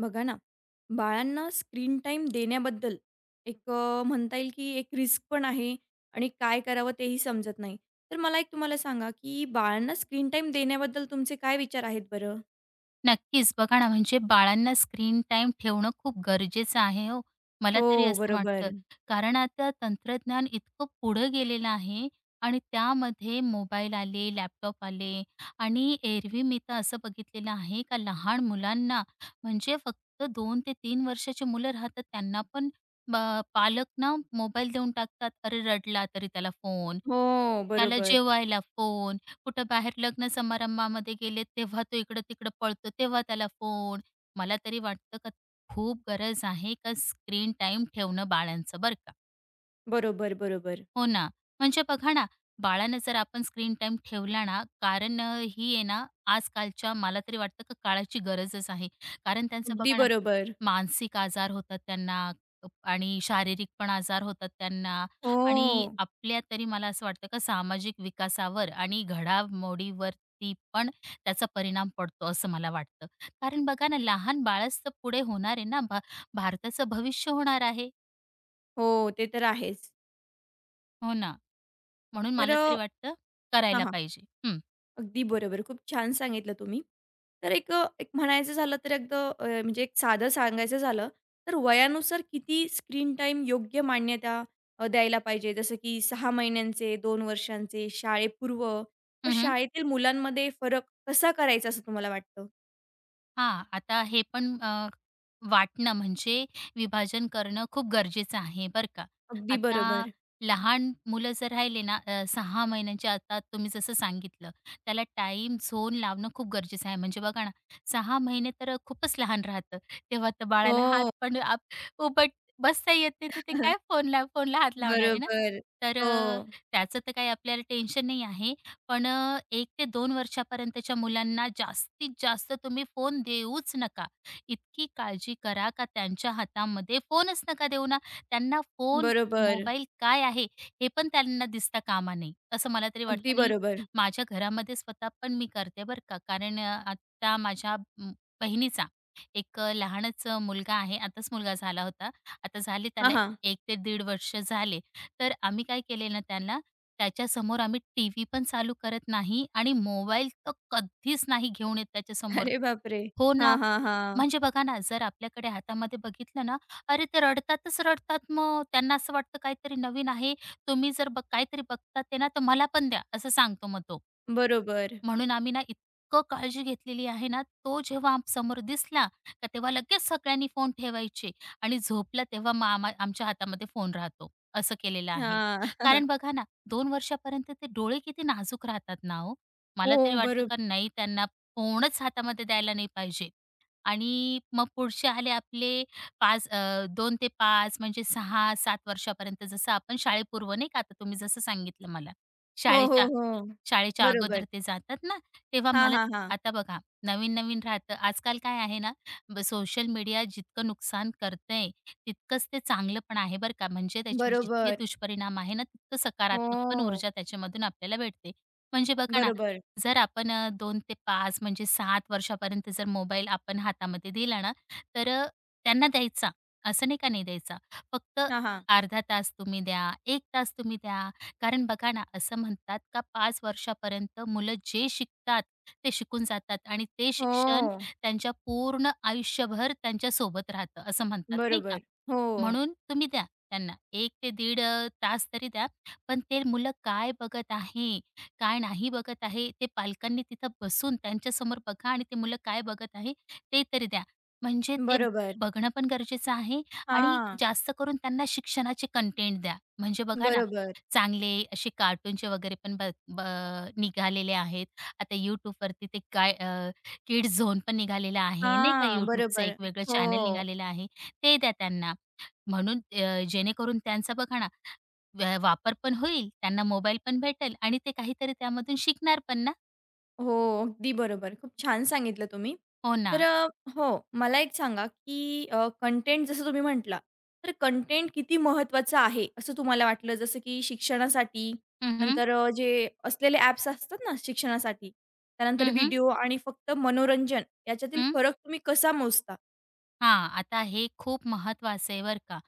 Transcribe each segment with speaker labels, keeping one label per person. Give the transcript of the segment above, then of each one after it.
Speaker 1: बघा ना, बाळांना स्क्रीन टाईम देण्याबद्दल म्हणता येईल की एक रिस्क पण आहे आणि काय करावं तेही समजत नाही. तर मला एक तुम्हाला सांगा, की बाळांना स्क्रीन टाईम देण्याबद्दल तुमचे काय विचार आहेत बरं?
Speaker 2: नक्कीच. बघा ना, म्हणजे बाळांना स्क्रीन टाईम ठेवणं खूप गरजेचं आहे हो. मला तरी
Speaker 1: हो,
Speaker 2: असं वाटतं.
Speaker 1: बरोबर.
Speaker 2: कारण आता तंत्रज्ञान इतकं पुढं गेलेलं आहे आणि त्यामध्ये मोबाईल आले, लॅपटॉप आले आणि एरवी मी तर असं बघितलेलं आहे का लहान मुलांना म्हणजे फक्त 2 ते 3 वर्षाची मुलं राहतात त्यांना पण ब पालक ना मोबाईल देऊन टाकतात. अरे रडला तरी त्याला फोन,
Speaker 1: हो,
Speaker 2: त्याला
Speaker 1: बरोबर.
Speaker 2: जेवायला फोन. कुठं बाहेर लग्न समारंभामध्ये गेले तेव्हा तो इकडं-तिकडं पळतो, तेव्हा त्याला फोन. मला तरी वाटतं का खूप गरज आहे का स्क्रीन टाइम ठेवणं बाळांचं बरं का.
Speaker 1: बरोबर, बरोबर.
Speaker 2: हो ना. म्हणजे बघा ना, बाळानं जर आपण स्क्रीन टाईम ठेवला ना, ही आहे ना, आजकालच्या मला तरी वाटतं की काळाची गरजच आहे. कारण त्यांचं
Speaker 1: अगदी
Speaker 2: बघा ना,
Speaker 1: बरोबर.
Speaker 2: मानसिक आजार होतात त्यांना आणि शारीरिक पण आजार होतात त्यांना आणि
Speaker 1: हो,
Speaker 2: आपल्या तरी मला असं वाटतं का सामाजिक विकासावर आणि घडामोडीवरती पण त्याचा परिणाम पडतो असं मला वाटतं. कारण बघा ना, लहान बाळच तर पुढे होणार आहे ना, भारताचं भविष्य होणार आहे.
Speaker 1: हो. ते तर आहेच.
Speaker 2: हो ना. म्हणून
Speaker 1: तर
Speaker 2: मला
Speaker 1: अ
Speaker 2: तरी वाटतं
Speaker 1: हां,
Speaker 2: करायला
Speaker 1: हां.
Speaker 2: पाहिजे. हं.
Speaker 1: अगदी बरोबर. खूप छान सांगितलं तुम्ही. तर एक म्हणायचं झालं तर एकदम अ, म्हणजे एक साधं सांगायचं झालं, तर वयानुसार किती स्क्रीन टाईम योग्य मान्यता द्यायला पाहिजे? जसं की 6 महिन्यांचे, 2 वर्षांचे, शाळेपूर्व व
Speaker 2: हं, हं.
Speaker 1: शाळेतील मुलांमध्ये फरक कसा करायचा असं तुम्हाला वाटतं?
Speaker 2: आता हे पण वाटणं म्हणजे विभाजन करणं खूप गरजेचं आहे बरं का.
Speaker 1: अगदी
Speaker 2: आता
Speaker 1: बरोबर.
Speaker 2: लहान मुलं जर राहिले ना, 6 महिन्यांचे आता तुम्ही जसं सांगितलं, त्याला टाईम झोन लावणं खूप गरजेचं आहे. म्हणजे बघा ना 6 महिने तर खूपच लहान राहतं. तेव्हा तर बाळाला हात
Speaker 1: हो.
Speaker 2: पण उभट बसता येत नाही, तर ते काय फोनला फोनला हात लावणार आहे ना.
Speaker 1: बरोबर.
Speaker 2: तर
Speaker 1: हो.
Speaker 2: अ, त्याचं तर काही आपल्याला टेन्शन नाही आहे. 1 ते 2 वर्षापर्यंतच्या मुलांना जास्तीत जास्त तुम्ही फोन देऊच नका. इतकी काळजी करा का त्यांच्या हातामध्ये फोनच नका देऊ ना. त्यांना फोन,
Speaker 1: बरोबर.
Speaker 2: मोबाईल काय आहे हे पण त्यांना दिसता कामा नये. असं मला तरी
Speaker 1: अगदी
Speaker 2: वाटतं आणि
Speaker 1: बरोबर.
Speaker 2: माझ्या घरामध्ये स्वतः पण मी करते बरं का. आता माझ्या बहिणीचा एक लहानच मुलगा आहे. आताच मुलगा झाला होता. आता झाले
Speaker 1: हां,
Speaker 2: त्याला
Speaker 1: हां.
Speaker 2: 1 ते दीड वर्ष झाले. तर आम्ही काय केले ना त्यांना, त्याच्यासमोर आम्ही टीव्ही पण चालू करत नाही आणि मोबाईल तर कधीच नाही घेऊन येत त्याच्यासमोर.
Speaker 1: अरे बापरे!
Speaker 2: हो
Speaker 1: हां,
Speaker 2: ना.
Speaker 1: हां, हां.
Speaker 2: म्हणजे बघा ना, जर आपल्याकडे हातामध्ये बघितलं ना, अरे ते रडतातच रडतात मग. त्यांना असं वाटतं काहीतरी नवीन आहे. तुम्ही जर काहीतरी बघतात आहे ना, तर मला पण द्या, असं सांगतो मग तो.
Speaker 1: बरोबर.
Speaker 2: म्हणून आम्ही ना इतकं काळजी घेतलेली आहे ना, तो जेव्हा आमच्यासमोर दिसला, का तेव्हा लगेच सगळ्यांनी फोन ठेवायचे आणि झोपला तेव्हा मग आमच्या हातामध्ये फोन राहतो. असं केलेलं आहे.
Speaker 1: हां.
Speaker 2: कारण बघा ना, 2 वर्षापर्यंत ते डोळे किती नाजूक राहतात ना हो. मला तरी
Speaker 1: हो,
Speaker 2: वाटतं
Speaker 1: बरोबर.
Speaker 2: का नाही त्यांना फोनच हातामध्ये द्यायला नाही पाहिजे. आणि मग पुढचे आले आपले 2 ते 5 म्हणजे 6-7 वर्षापर्यंत जसं आपण शाळेपूर्व नाही का, आता तुम्ही जसं सांगितलं मला.
Speaker 1: हो, हो,
Speaker 2: शाळेच्या
Speaker 1: हो.
Speaker 2: शाळेच्या
Speaker 1: बरोबर.
Speaker 2: अगोदर ते जातात ना, तेव्हा
Speaker 1: हां,
Speaker 2: मला
Speaker 1: हां, हां.
Speaker 2: आता बघा नवीन-नवीन राहतं. आजकाल काय आहे ना, सोशल मीडिया जितकं नुकसान करतंय, तितकंच ते चांगलं पण आहे बरं का. म्हणजे त्याचे जितके
Speaker 1: बरोबर.
Speaker 2: दुष्परिणाम आहे ना, तितकं सकारात्मक पण
Speaker 1: हो,
Speaker 2: ऊर्जा त्याच्यामधून आपल्याला भेटते. म्हणजे बघा ना,
Speaker 1: बरोबर.
Speaker 2: जर आपण 2 ते 5 म्हणजे 7 वर्षापर्यंत जर मोबाईल आपण हातामध्ये दिला ना, तर अ, त्यांना द्यायचा. असं नाही का नाही द्यायचा. फक्त
Speaker 1: हां, हां.
Speaker 2: अर्धा तास तुम्ही द्या, 1 तास तुम्ही द्या. कारण बघा ना, असं म्हणतात का 5 वर्षापर्यंत मुलं जे शिकतात, ते शिकून जातात आणि ते शिक्षण
Speaker 1: हो,
Speaker 2: त्यांच्या पूर्ण आयुष्यभर त्यांच्यासोबत राहतं, असं म्हणतात नाही का?
Speaker 1: बरोबर. हो,
Speaker 2: म्हणून तुम्ही द्या त्यांना 1 ते दीड तास तरी द्या. पण ते मुलं काय बघत आहे, काय नाही बघत आहे, ते पालकांनी तिथं बसून त्यांच्यासमोर बघा आणि ते मुलं काय बघत आहे, ते तरी द्या. म्हणजे ते
Speaker 1: बरोबर.
Speaker 2: बघणं पण गरजेचं आहे आणि
Speaker 1: हां,
Speaker 2: जास्त करून त्यांना शिक्षणाचे कंटेंट द्या. म्हणजे बघा ना
Speaker 1: बरोबर.
Speaker 2: चांगले असे कार्टूनचे वगैरे पण ब ब निघालेले आहेत. आता YouTubeवरती ते काय झोन पण निघालेला आहे, नाही का?
Speaker 1: हां,
Speaker 2: YouTubeचं
Speaker 1: बरोबर.
Speaker 2: एक वेगळं
Speaker 1: हो.
Speaker 2: चॅनल निघालेलं आहे. ते द्या त्यांना. जेणेकरून त्यांचा बघा ना वापर पण होईल, त्यांना मोबाईल पण भेटेल आणि ते काहीतरी त्यामधून शिकणार पण ना.
Speaker 1: हो, अगदी बरोबर. खूप छान सांगितलं तुम्ही.
Speaker 2: हो
Speaker 1: तर
Speaker 2: ना.
Speaker 1: अ, हो, मला एक सांगा, की कंटेंट जसं तुम्ही म्हटला, तर कंटेंट किती महत्त्वाचं आहे, असं तुम्हाला वाटलं? जसं की शिक्षणासाठी,
Speaker 2: हं, हं.
Speaker 1: नंतर जे असलेले ॲप्स असतात ना शिक्षणासाठी, त्यानंतर
Speaker 2: हं, हं.
Speaker 1: व्हिडिओ आणि फक्त मनोरंजन याच्यातील फरक तुम्ही कसा मोजता?
Speaker 2: आता हे खूप महत्त्वाचं आहे बरं का.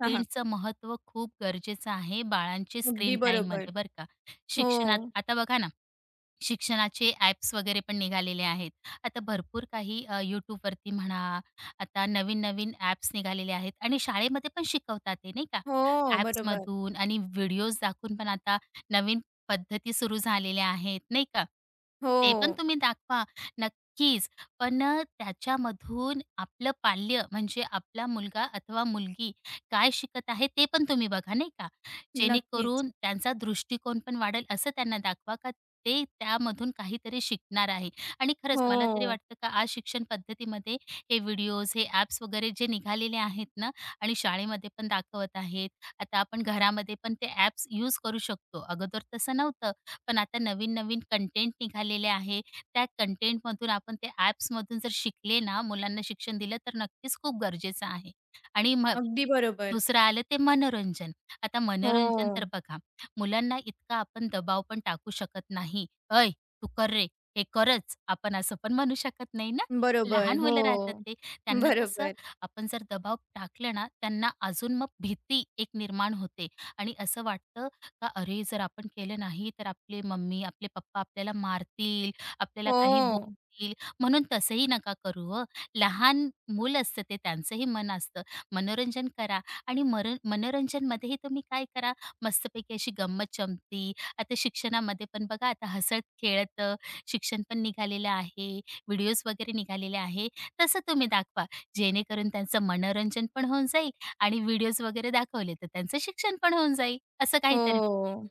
Speaker 1: हां, हां.
Speaker 2: महत्त्व खूप गरजेचं आहे बाळांचे
Speaker 1: अगदी
Speaker 2: स्क्रीन
Speaker 1: बरोबर.
Speaker 2: टाईममध्ये बरं का.
Speaker 1: हो,
Speaker 2: शिक्षणात आता बघा ना शिक्षणाचे ॲप्स वगैरे पण निघालेले आहेत. आता भरपूर काही YouTubeवरती म्हणा, आता नवीन-नवीन ॲप्स निघालेले आहेत आणि शाळेमध्ये पण शिकवतात ते नाही का?
Speaker 1: हो, बरोबर.
Speaker 2: ॲप्समधून आणि व्हिडिओज दाखवून पण आता नवीन पद्धती सुरू झालेल्या आहेत, नाही का?
Speaker 1: हो,
Speaker 2: ते पण तुम्ही दाखवा नक्कीच. पण त्याच्यामधून आपलं पाल्य म्हणजे आपला मुलगा अथवा मुलगी काय शिकत आहे ते पण तुम्ही बघा, नाही का?
Speaker 1: नक्कीच.
Speaker 2: जेणेकरून त्यांचा दृष्टिकोन पण वाढेल असं त्यांना दाखवा का ते त्यामधून काहीतरी शिकणार आहे आणि
Speaker 1: हो,
Speaker 2: खरंच मला तरी वाटतं का आज शिक्षण पद्धतीमध्ये हे व्हिडिओज, हे ॲप्स वगैरे जे निघालेले आहेत ना आणि शाळेमध्ये पण दाखवत आहेत. आता आपण घरामध्ये पण ते ॲप्स यूज करू शकतो. अगोदर तसं नव्हतं. पण आता नवीन-नवीन कंटेंट निघालेले आहे. त्या कंटेंटमधून आपण त्या ॲप्समधून जर शिकले ना, मुलांना शिक्षण दिलं तर नक्कीच खूप गरजेचं आहे आणि मग
Speaker 1: अगदी बरोबर.
Speaker 2: दुसरं आलं ते मनोरंजन. आता मनोरंजन तर
Speaker 1: हो.
Speaker 2: बघा, मुलांना इतका आपण दबाव पण टाकू शकत नाही. "अय, तू कर रे, हे करच." आपण असं पण म्हणू शकत नाही ना.
Speaker 1: बरोबर.
Speaker 2: लहान मुलं राहतात
Speaker 1: हो.
Speaker 2: ते. त्यांना कसं
Speaker 1: बरोबर.
Speaker 2: आपण जर दबाव टाकलं ना, त्यांना अजून मग भीती एक निर्माण होते आणि असं वाटतं का अरे, जर आपण केलं नाही तर आपले मम्मी, आपले पप्पा आपल्याला मारतील, आपल्याला काही
Speaker 1: हो,
Speaker 2: बोलतील. म्हणून तसंही नका करू हं. लहान मूल असतं ते, त्यांचंही मन असतं. मनोरंजन करा. आणि मरण मनोरंजनमध्येही तुम्ही काय करा, मस्तपैकी अशी गंमत-जमती. आता शिक्षणामध्ये पण बघा आता हसत-खेळत शिक्षण पण निघालेलं आहे, व्हिडिओज वगैरे निघालेले आहे. तसं तुम्ही दाखवा, जेणेकरून त्यांचं मनोरंजन पण होऊन जाईल आणि व्हिडिओज वगैरे दाखवले तर त्यांचं शिक्षण पण होऊन जाईल. असं काहीतरी.
Speaker 1: हो.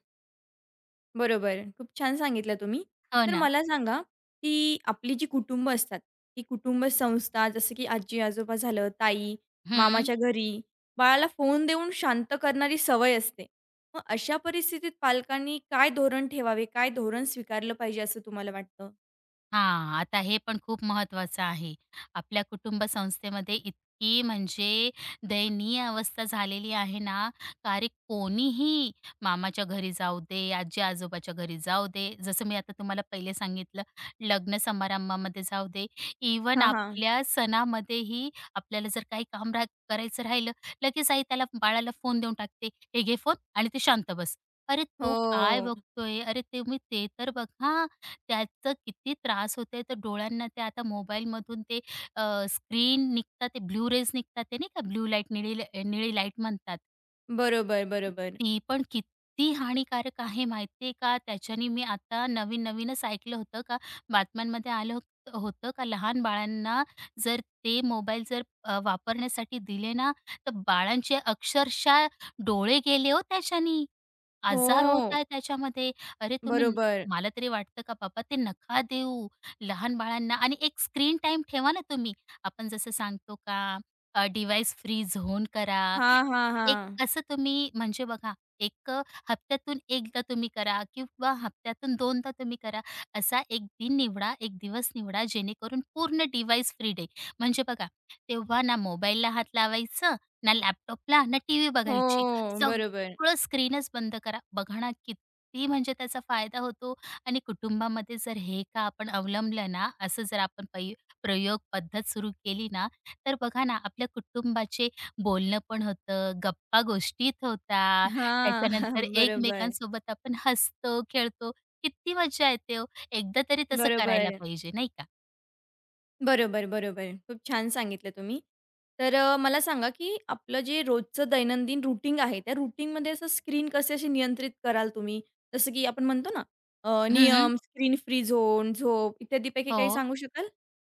Speaker 1: बरोबर. खूप छान सांगितलं तुम्ही.
Speaker 2: हो
Speaker 1: तर
Speaker 2: ना.
Speaker 1: मला सांगा, की आपली जी कुटुंब असतात, ती कुटुंब संस्था जसं की आजी-आजोबा झालं, ताई,
Speaker 2: हं.
Speaker 1: मामाच्या घरी, बाळाला फोन देऊन शांत करणारी सवय असते. मग अशा परिस्थितीत पालकांनी काय धोरण ठेवावे? काय धोरण स्वीकारलं पाहिजे असं तुम्हाला वाटतं?
Speaker 2: आता हे पण खूप महत्त्वाचं आहे. आपल्या कुटुंब संस्थेमध्ये इतकी म्हणजे दयनीय अवस्था झालेली आहे ना, का अरे कोणीही मामाच्या घरी जाऊ दे, आजी-आजोबाच्या घरी जाऊ दे, जसं मी आता तुम्हाला पहिले सांगितलं, लग्न समारंभामध्ये जाऊ दे, इव्हन
Speaker 1: हां, हां.
Speaker 2: आपल्या सणामध्येही आपल्याला जर काही काम करायचं राहिलं, लगेच आई त्याला बाळाला फोन देऊन टाकते, "हे घे फोन आणि तू शांत बस." अरे तो काय
Speaker 1: हो.
Speaker 2: बघतोय? अरे तुम्ही ते तर बघा. त्याचं किती त्रास होतोय तर डोळ्यांना ते आता मोबाईलमधून ते स्क्रीन निघतात, ते ब्लू रेज निघतात ते नाही का, ब्लू लाईट निळी लाईट म्हणतात.
Speaker 1: बरोबर, बरोबर.
Speaker 2: ती पण किती हानिकारक आहे माहितीये का? त्याच्याने मी आता नवीन-नवीनच ऐकलं होतं का बातम्यांमध्ये आलं होत होतं का लहान बाळांना जर ते मोबाईल जर वापरण्यासाठी दिले ना, तर बाळांचे अक्षरशः डोळे गेले हो त्याच्यानी. आजार होत
Speaker 1: हो.
Speaker 2: आहे त्याच्यामध्ये. अरे
Speaker 1: बरोबर.
Speaker 2: मला तरी वाटतं का बाबा ते नका देऊ लहान बाळांना आणि एक स्क्रीन टाईम ठेवा ना तुम्ही. आपण जसं सांगतो का डिव्हाइस फ्री झोन करा
Speaker 1: हां, हां,
Speaker 2: एक
Speaker 1: हां.
Speaker 2: असं तुम्ही म्हणजे बघा, एक हप्त्यातून एकदा तुम्ही करा किंवा हप्त्यातून 2दा तुम्ही करा. असा एक दिन निवडा, एक दिवस निवडा जेणेकरून पूर्ण डिव्हाइस फ्री डे. म्हणजे बघा, तेव्हा ना मोबाईलला हात लावायचं, ना लॅपटॉपला, ना टीव्ही
Speaker 1: हो,
Speaker 2: बघायची.
Speaker 1: बरोबर.
Speaker 2: सगळं स्क्रीनच बंद करा. बघा ना, किती म्हणजे त्याचा फायदा होतो आणि कुटुंबामध्ये जर हे का आपण अवलंबलं ना, असं जर आपण प्रयोग पद्धत सुरू केली ना, तर बघा ना, आपल्या कुटुंबाचे बोलणं पण होतं, गप्पा-गोष्टीत होता.
Speaker 1: हां,
Speaker 2: त्याच्यानंतर
Speaker 1: बरोबर,
Speaker 2: एकमेकांसोबत आपण हसतो, खेळतो. किती मजा येते हो. एकदा तरी तसं करायला
Speaker 1: बरोबर,
Speaker 2: पाहिजे, नाही का?
Speaker 1: बरोबर, बरोबर. खूप छान सांगितलं तुम्ही. मला सांगा, की आपलं जे रोजचं दैनंदिन रुटीन आहे, त्या रुटीनमध्ये असं स्क्रीन कसे असे नियंत्रित कराल तुम्ही? जसं की आपण म्हणतो ना,
Speaker 2: हं, हं.
Speaker 1: नियम, स्क्रीन फ्री झोन, झोप इत्यादीपैकी काही
Speaker 2: हो.
Speaker 1: सांगू शकाल?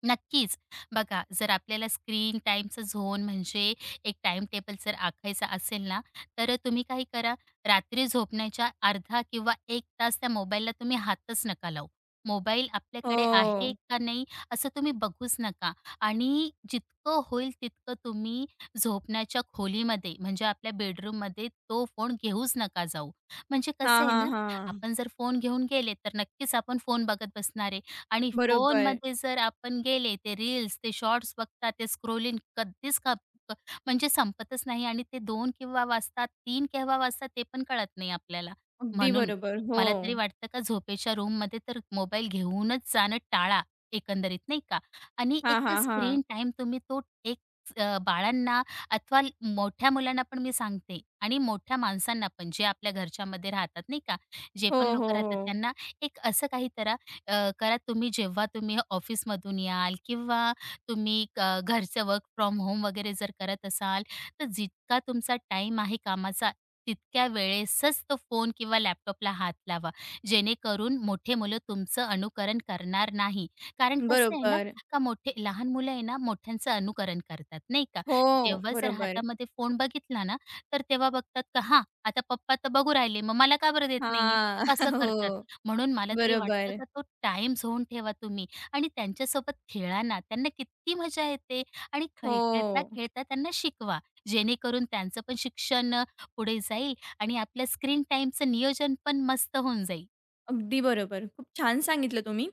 Speaker 2: नक्कीच. बघा, जर आपल्याला स्क्रीन टाईमचं झोन म्हणजे एक टाइम टेबल जर आखायचा असेल ना, तर तुम्ही काही करा, रात्री झोपण्याच्या अर्धा किंवा एक तास त्या मोबाईलला तुम्ही हातच नका लावू. मोबाईल आपल्याकडे आहे
Speaker 1: हो.
Speaker 2: का नाही, असं तुम्ही बघूच नका आणि जितकं होईल तितकं तुम्ही झोपण्याच्या खोलीमध्ये म्हणजे आपल्या बेडरूममध्ये तो फोन घेऊच नका जाऊ. म्हणजे
Speaker 1: हां,
Speaker 2: कसं आहे
Speaker 1: हां,
Speaker 2: ना,
Speaker 1: हां.
Speaker 2: आपण जर फोन घेऊन गेले, तर नक्कीच आपण फोन बघत बसणार आहे. आणि
Speaker 1: बरोबर.
Speaker 2: फोनमध्ये जर आपण गेले ते रील्स, ते शॉर्ट्स बघता, ते स्क्रोलिंग कधीच खप क म्हणजे संपतच नाही आणि ते दोन केव्हा वाजतात, तीन केव्हा वाजतात ते पण कळत नाही आपल्याला.
Speaker 1: अगदी
Speaker 2: म्हणून
Speaker 1: बरोबर. हो.
Speaker 2: मला तरी वाटतं का झोपेच्या रूममध्ये तर मोबाईल घेऊनच जाणं टाळा एकंदरीत नाही का? आणि
Speaker 1: हां,
Speaker 2: एक
Speaker 1: हां, हां.
Speaker 2: स्क्रीन टाईम तुम्ही तो एक बाळांना अथवा मोठ्या मुलांना पण मी सांगते आणि मोठ्या माणसांना पण जे आपल्या घरच्यामध्ये राहतात नाही का? जे
Speaker 1: हो,
Speaker 2: पण
Speaker 1: हो,
Speaker 2: लोकं राहतात
Speaker 1: हो.
Speaker 2: त्यांना एक असं काही करा करा तुम्ही जेव्हा तुम्ही ऑफिसमधून याल किंवा तुम्ही घरचं वर्क फ्रॉम होम वगैरे जर करत असाल, तर जितका तुमचा टाईम आहे कामाचा, तितक्या वेळेसच तो फोन किंवा लॅपटॉपला हात लावा. जेणेकरून मोठे मुलं तुमचं अनुकरण करणार नाही. कारण कसं आहे ना,
Speaker 1: बरोबर.
Speaker 2: का मोठे लहान मुलं आहे ना, मोठ्यांचं अनुकरण करतात, नाही का?
Speaker 1: हो,
Speaker 2: जेव्हा जर
Speaker 1: बरोबर.
Speaker 2: हातामध्ये फोन बघितला ना, तर तेव्हा बघतात का हां, आता पप्पा तर बघू राहिले, मग मला का बरं देत नाहीये?
Speaker 1: हां.
Speaker 2: असं करतात.
Speaker 1: हो.
Speaker 2: म्हणून मला तरी वाटतं
Speaker 1: बरोबर.
Speaker 2: का तो टाईम झोन ठेवा तुम्ही आणि त्यांच्यासोबत खेळा ना. त्यांना किती मजा येते आणि खेळ
Speaker 1: हो.
Speaker 2: खेळता-खेळता त्यांना शिकवा. जेणेकरून त्यांचं पण शिक्षण पुढे जाईल आणि आपल्या स्क्रीन टाईमचं नियोजन पण मस्त होऊन जाईल.
Speaker 1: अगदी बरोबर. खूप छान सांगितलं तुम्ही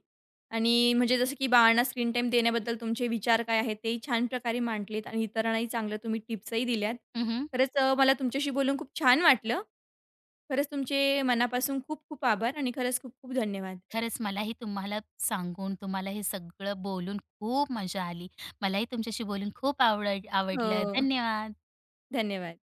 Speaker 1: आणि म्हणजे जसं की बाळांना स्क्रीन टाईम देण्याबद्दल तुमचे विचार काय आहेत तेही छान प्रकारे मांडलेत आणि इतरांनाही चांगलं तुम्ही टिप्सही दिल्यात.
Speaker 2: हं,
Speaker 1: खरंच मला तुमच्याशी बोलून खूप छान वाटलं. खरंच तुमचे मनापासून खूप खूप आभार आणि खरंच खूप खूप धन्यवाद.
Speaker 2: खरंच मलाही तुम्हाला सांगून, तुम्हाला हे सगळं बोलून खूप मजा आली. मलाही तुमच्याशी बोलून खूप आवडलं.
Speaker 1: हो.
Speaker 2: धन्यवाद.
Speaker 1: धन्यवाद.